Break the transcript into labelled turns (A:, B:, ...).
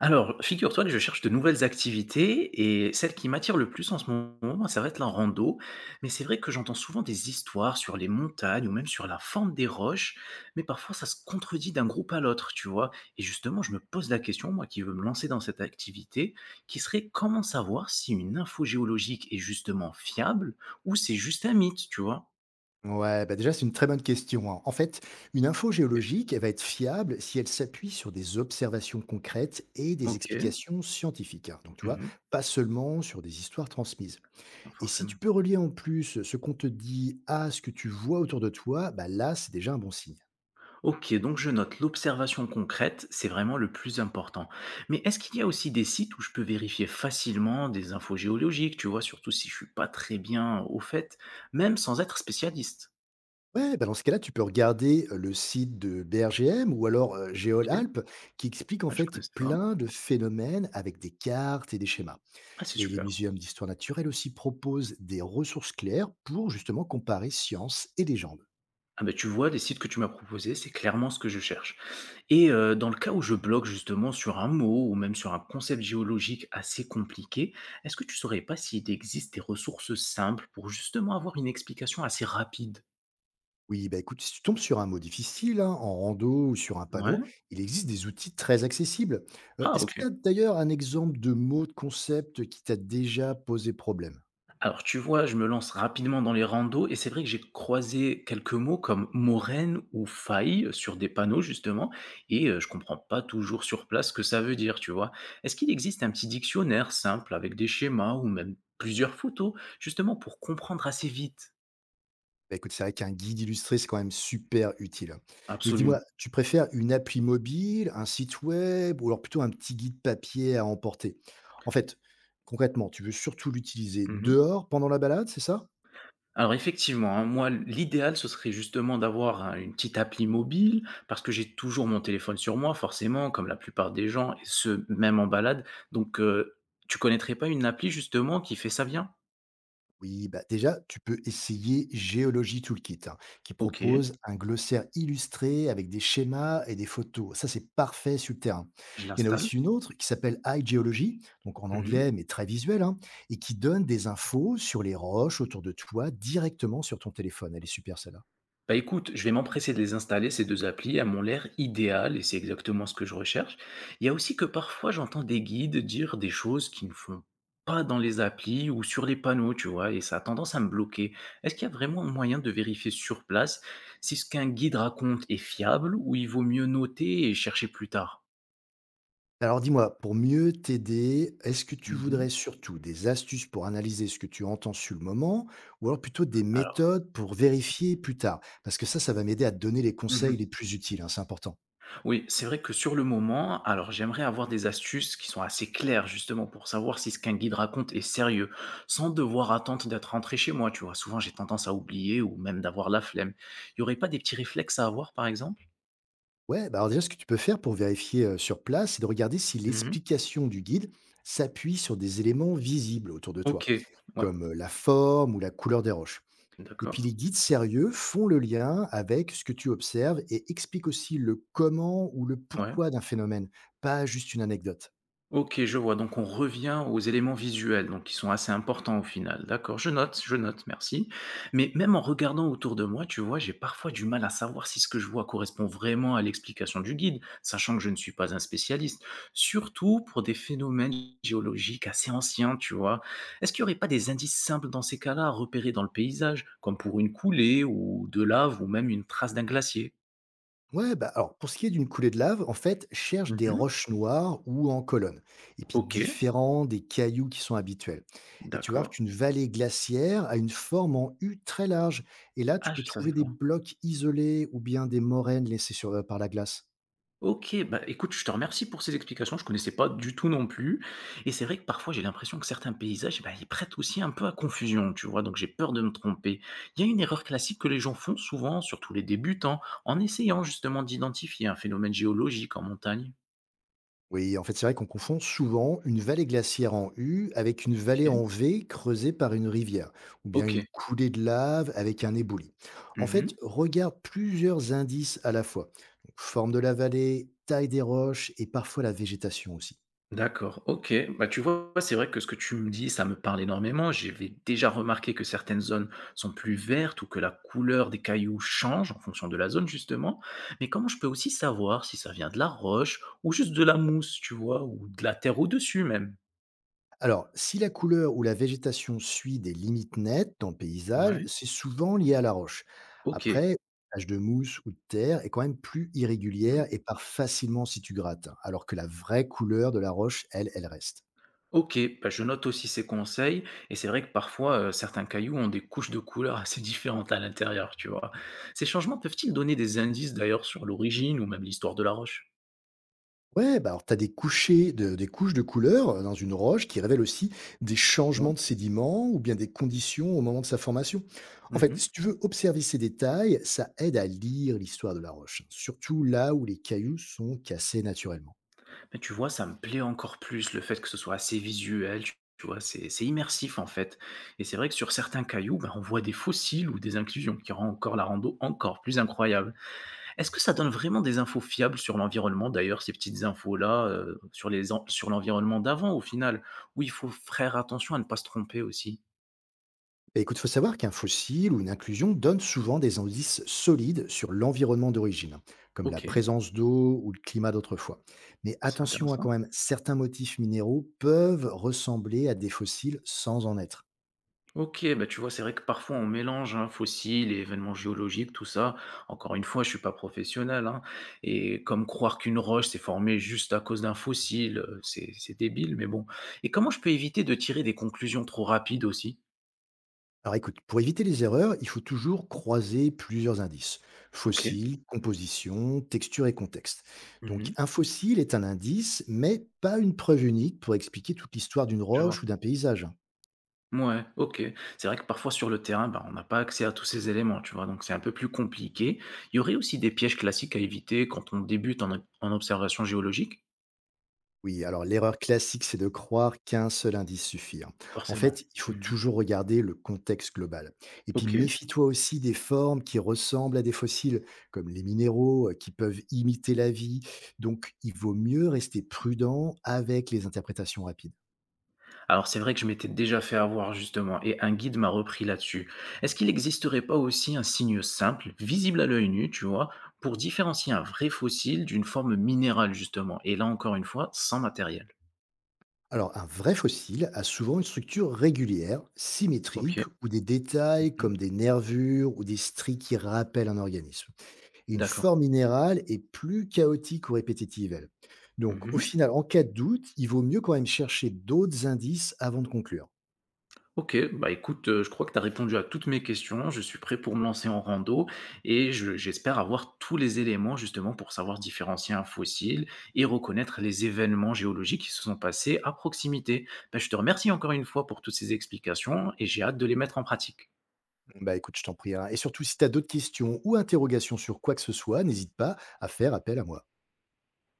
A: Alors, figure-toi que je cherche de nouvelles activités et celle qui m'attire le plus en ce moment, ça va être la rando. Mais c'est vrai que j'entends souvent des histoires sur les montagnes ou même sur la forme des roches, mais parfois ça se contredit d'un groupe à l'autre, tu vois. Et justement, je me pose la question, moi qui veux me lancer dans cette activité, qui serait comment savoir si une info géologique est justement fiable ou c'est juste un mythe, tu vois.
B: Ouais, bah déjà, c'est une très bonne question, hein. En fait, une info
A: Ok.
B: géologique, elle va être fiable si elle s'appuie sur des observations concrètes et des
A: Ok.
B: explications scientifiques, hein. Donc, tu vois,
A: Mhm.
B: pas seulement sur des histoires transmises. Et si
A: Forcément.
B: tu peux relier en plus ce qu'on te dit à ce que tu vois autour de toi, bah là, c'est déjà un bon signe.
A: Ok, donc je note l'observation concrète, c'est vraiment le plus important. Mais est-ce qu'il y a aussi des sites où je peux vérifier facilement des infos géologiques, tu vois, surtout si je suis pas très bien au fait, même sans être spécialiste.
B: Ouais, bah dans ce cas-là, tu peux regarder le site de BRGM ou alors Géol
A: Ok,
B: Alpes qui explique en
A: ah, je
B: fait
A: connaissais pas.
B: plein de phénomènes avec des cartes et des schémas.
A: Ah, c'est
B: Et les
A: super.
B: muséums d'histoire naturelle aussi proposent des ressources claires pour justement comparer science et légende.
A: Ah bah tu vois, les sites que tu m'as proposés, c'est clairement ce que je cherche. Et dans le cas où je bloque justement sur un mot ou même sur un concept géologique assez compliqué, est-ce que tu saurais pas s'il existe des ressources simples pour justement avoir une explication assez rapide.
B: Oui, bah écoute, si tu tombes sur un mot difficile, hein, en rando ou sur un
A: Ouais.
B: panneau, il existe des outils très accessibles.
A: Ah
B: Est-ce que
A: ok.
B: tu as d'ailleurs un exemple de mot, de concept qui t'a déjà posé problème?
A: Alors tu vois, je me lance rapidement dans les randos et c'est vrai que j'ai croisé quelques mots comme moraine ou faille sur des panneaux justement et je comprends pas toujours sur place ce que ça veut dire, tu vois. Est-ce qu'il existe un petit dictionnaire simple avec des schémas ou même plusieurs photos justement pour comprendre assez vite.
B: Bah écoute, c'est vrai qu'un guide illustré, c'est quand même super utile, hein. Mais
A: Absolument.
B: dis-moi, tu préfères une appli mobile, un site web ou alors plutôt un petit guide papier à emporter? En fait, concrètement, tu veux surtout l'utiliser dehors pendant la balade, c'est ça?
A: Alors effectivement, hein, moi l'idéal ce serait justement d'avoir une petite appli mobile parce que j'ai toujours mon téléphone sur moi forcément comme la plupart des gens et ce même en balade. Donc, tu connaîtrais pas une appli justement qui fait ça bien?
B: Oui, bah déjà, tu peux essayer Géologie Toolkit, hein, qui
A: OK,
B: propose un glossaire illustré avec des schémas et des photos. Ça, c'est parfait sur le terrain.
A: je
B: Il y en a
A: l'installe.
B: aussi une autre qui s'appelle iGeology, donc en
A: Mmh.
B: anglais, mais très visuel, hein, et qui donne des infos sur les roches autour de toi directement sur ton téléphone. Elle est super, celle-là.
A: Bah écoute, je vais m'empresser de les installer, ces 2 applis, à mon l'air idéal et c'est exactement ce que je recherche. Il y a aussi que parfois j'entends des guides dire des choses qui ne font pas dans les applis ou sur les panneaux, tu vois, et ça a tendance à me bloquer. Est-ce qu'il y a vraiment un moyen de vérifier sur place si ce qu'un guide raconte est fiable ou il vaut mieux noter et chercher plus tard?
B: Alors dis-moi, pour mieux t'aider, est-ce que tu
A: Mhm.
B: voudrais surtout des astuces pour analyser ce que tu entends sur le moment ou alors plutôt des
A: Alors
B: méthodes pour vérifier plus tard? Parce que ça va m'aider à te donner les conseils les plus utiles, hein, c'est important.
A: oui, c'est vrai que sur le moment, alors j'aimerais avoir des astuces qui sont assez claires justement pour savoir si ce qu'un guide raconte est sérieux, sans devoir attendre d'être rentré chez moi, tu vois. Souvent j'ai tendance à oublier ou même d'avoir la flemme. Il n'y aurait pas des petits réflexes à avoir par exemple.
B: Ouais, bah alors déjà, ce que tu peux faire pour vérifier sur place, c'est de regarder si
A: Mhm.
B: l'explication du guide s'appuie sur des éléments visibles autour de toi,
A: Ok, ouais,
B: comme la forme ou la couleur des roches. Et puis
A: d'accord.
B: les guides sérieux font le lien avec ce que tu observes et expliquent aussi le comment ou le
A: Ouais.
B: pourquoi d'un phénomène, pas juste une anecdote.
A: OK, je vois. Donc on revient aux éléments visuels, donc qui sont assez importants au final. D'accord, je note, merci. Mais même en regardant autour de moi, tu vois, j'ai parfois du mal à savoir si ce que je vois correspond vraiment à l'explication du guide, sachant que je ne suis pas un spécialiste, surtout pour des phénomènes géologiques assez anciens, tu vois. Est-ce qu'il n'y aurait pas des indices simples dans ces cas-là à repérer dans le paysage, comme pour une coulée ou de lave ou même une trace d'un glacier?
B: Ouais, bah alors pour ce qui est d'une coulée de lave, en fait, cherche des
A: Mhm.
B: roches noires ou en colonne, et puis
A: OK,
B: différents des cailloux qui sont habituels. Et tu vois
A: d'accord.
B: qu'une vallée glaciaire a une forme en U très large, et là tu
A: Ah,
B: peux
A: je savais
B: trouver des
A: pas.
B: blocs isolés ou bien des moraines laissées sur, par la glace.
A: OK, bah, écoute, je te remercie pour ces explications, je connaissais pas du tout non plus et c'est vrai que parfois j'ai l'impression que certains paysages, bah, ils prêtent aussi un peu à confusion, tu vois? Donc j'ai peur de me tromper. Il y a une erreur classique que les gens font souvent, surtout les débutants, en essayant justement d'identifier un phénomène géologique en montagne?
B: Oui, en fait, c'est vrai qu'on confond souvent une vallée glaciaire en U avec une vallée
A: OK.
B: en V creusée par une rivière, ou bien une
A: OK.
B: coulée de lave avec un éboulis. En fait,
A: Mmh.
B: regarde plusieurs indices à la fois. Donc, forme de la vallée, taille des roches et parfois la végétation aussi.
A: D'accord, OK. Bah, tu vois, c'est vrai que ce que tu me dis, ça me parle énormément. J'avais déjà remarqué que certaines zones sont plus vertes ou que la couleur des cailloux change en fonction de la zone, justement. Mais comment je peux aussi savoir si ça vient de la roche ou juste de la mousse, tu vois, ou de la terre au-dessus même?
B: Alors, si la couleur ou la végétation suit des limites nettes dans le paysage,
A: Ouais,
B: c'est souvent lié à la roche.
A: OK.
B: Après, l'âge de mousse ou de terre est quand même plus
A: Hmm.
B: irrégulière et part facilement si tu grattes, hein, alors que la vraie couleur de la roche, elle, elle reste.
A: OK, bah, je note aussi ces conseils. Et c'est vrai que parfois, certains cailloux ont des couches de couleurs assez différentes à l'intérieur, tu vois. Ces changements peuvent-ils donner des indices d'ailleurs sur l'origine ou même l'histoire de la roche?
B: Ouais, bah alors tu as des, des couches de couleurs dans une roche qui révèlent aussi des
A: Quoi.
B: changements de sédiments ou bien des conditions au moment de sa formation. En fait,
A: Mhm.
B: si tu veux observer ces détails, ça aide à lire l'histoire de la roche, hein, surtout là où les cailloux sont cassés naturellement.
A: Mais tu vois, ça me plaît encore plus le fait que ce soit assez visuel, tu vois? C'est immersif en fait et c'est vrai que sur certains cailloux, ben, on voit des fossiles ou des inclusions qui rend encore la rando encore plus incroyable. Est-ce que ça donne vraiment des infos fiables sur l'environnement d'ailleurs, ces petites infos-là, sur les en sur l'environnement d'avant au final? Où il faut faire attention à ne pas se tromper aussi?
B: Et écoute, il faut savoir qu'un fossile ou une inclusion donne souvent des indices solides sur l'environnement d'origine, hein, comme la
A: OK,
B: présence d'eau ou le climat d'autrefois. Mais
A: c'est
B: attention à quand
A: intéressant.
B: même, certains motifs minéraux peuvent ressembler à des fossiles sans en être.
A: OK, bah, tu vois, c'est vrai que parfois on mélange, hein, fossiles et événements géologiques, tout ça. Encore une fois, je suis pas professionnel, hein, et comme croire qu'une roche s'est formée juste à cause d'un fossile, c'est débile, mais bon. Et comment je peux éviter de tirer des conclusions trop rapides aussi?
B: Alors écoute, pour éviter les erreurs, il faut toujours croiser plusieurs indices.
A: OK.
B: Fossiles, composition, texture et contexte. Donc
A: Mmh.
B: un fossile est un indice, mais pas une preuve unique pour expliquer toute l'histoire d'une
A: Je vois.
B: roche ou d'un paysage.
A: Ouais. OK. C'est vrai que parfois sur le terrain, bah, on n'a pas accès à tous ces éléments, tu vois? Donc c'est un peu plus compliqué. Il y aurait aussi des pièges classiques à éviter quand on débute en observation géologique?
B: Oui, alors l'erreur classique, c'est de croire qu'un seul indice suffit, hein. En
A: Forcément.
B: fait, il faut
A: Mmh.
B: toujours regarder le contexte global. Et puis
A: OK.
B: méfie-toi aussi des formes qui ressemblent à des fossiles, comme les minéraux qui peuvent imiter la vie. Donc, il vaut mieux rester prudent avec les interprétations rapides.
A: Alors c'est vrai que je m'étais déjà fait avoir justement et un guide m'a repris là-dessus. Est-ce qu'il n'existerait pas aussi un signe simple, visible à l'œil nu, tu vois, pour différencier un vrai fossile d'une forme minérale justement? Et là encore une fois, sans matériel.
B: Alors, un vrai fossile a souvent une structure régulière,
A: Ok.
B: symétrique, ou des détails
A: Mhm.
B: comme des nervures ou des stries qui rappellent un organisme. Et une
A: D'accord.
B: forme minérale est plus chaotique ou répétitive, elle. Donc, au
A: Mhm.
B: final, en cas de doute, il vaut mieux quand même chercher d'autres indices avant de conclure.
A: OK, bah, écoute, je crois que tu as répondu à toutes mes questions. Je suis prêt pour me lancer en rando et je j'espère avoir tous les éléments justement pour savoir différencier un fossile et reconnaître les événements géologiques qui se sont passés à proximité. Bah, je te remercie encore une fois pour toutes ces explications et j'ai hâte de les mettre en pratique.
B: Bah écoute, je t'en prie, hein. Et surtout, si tu as d'autres questions ou interrogations sur quoi que ce soit, n'hésite pas à faire appel à moi.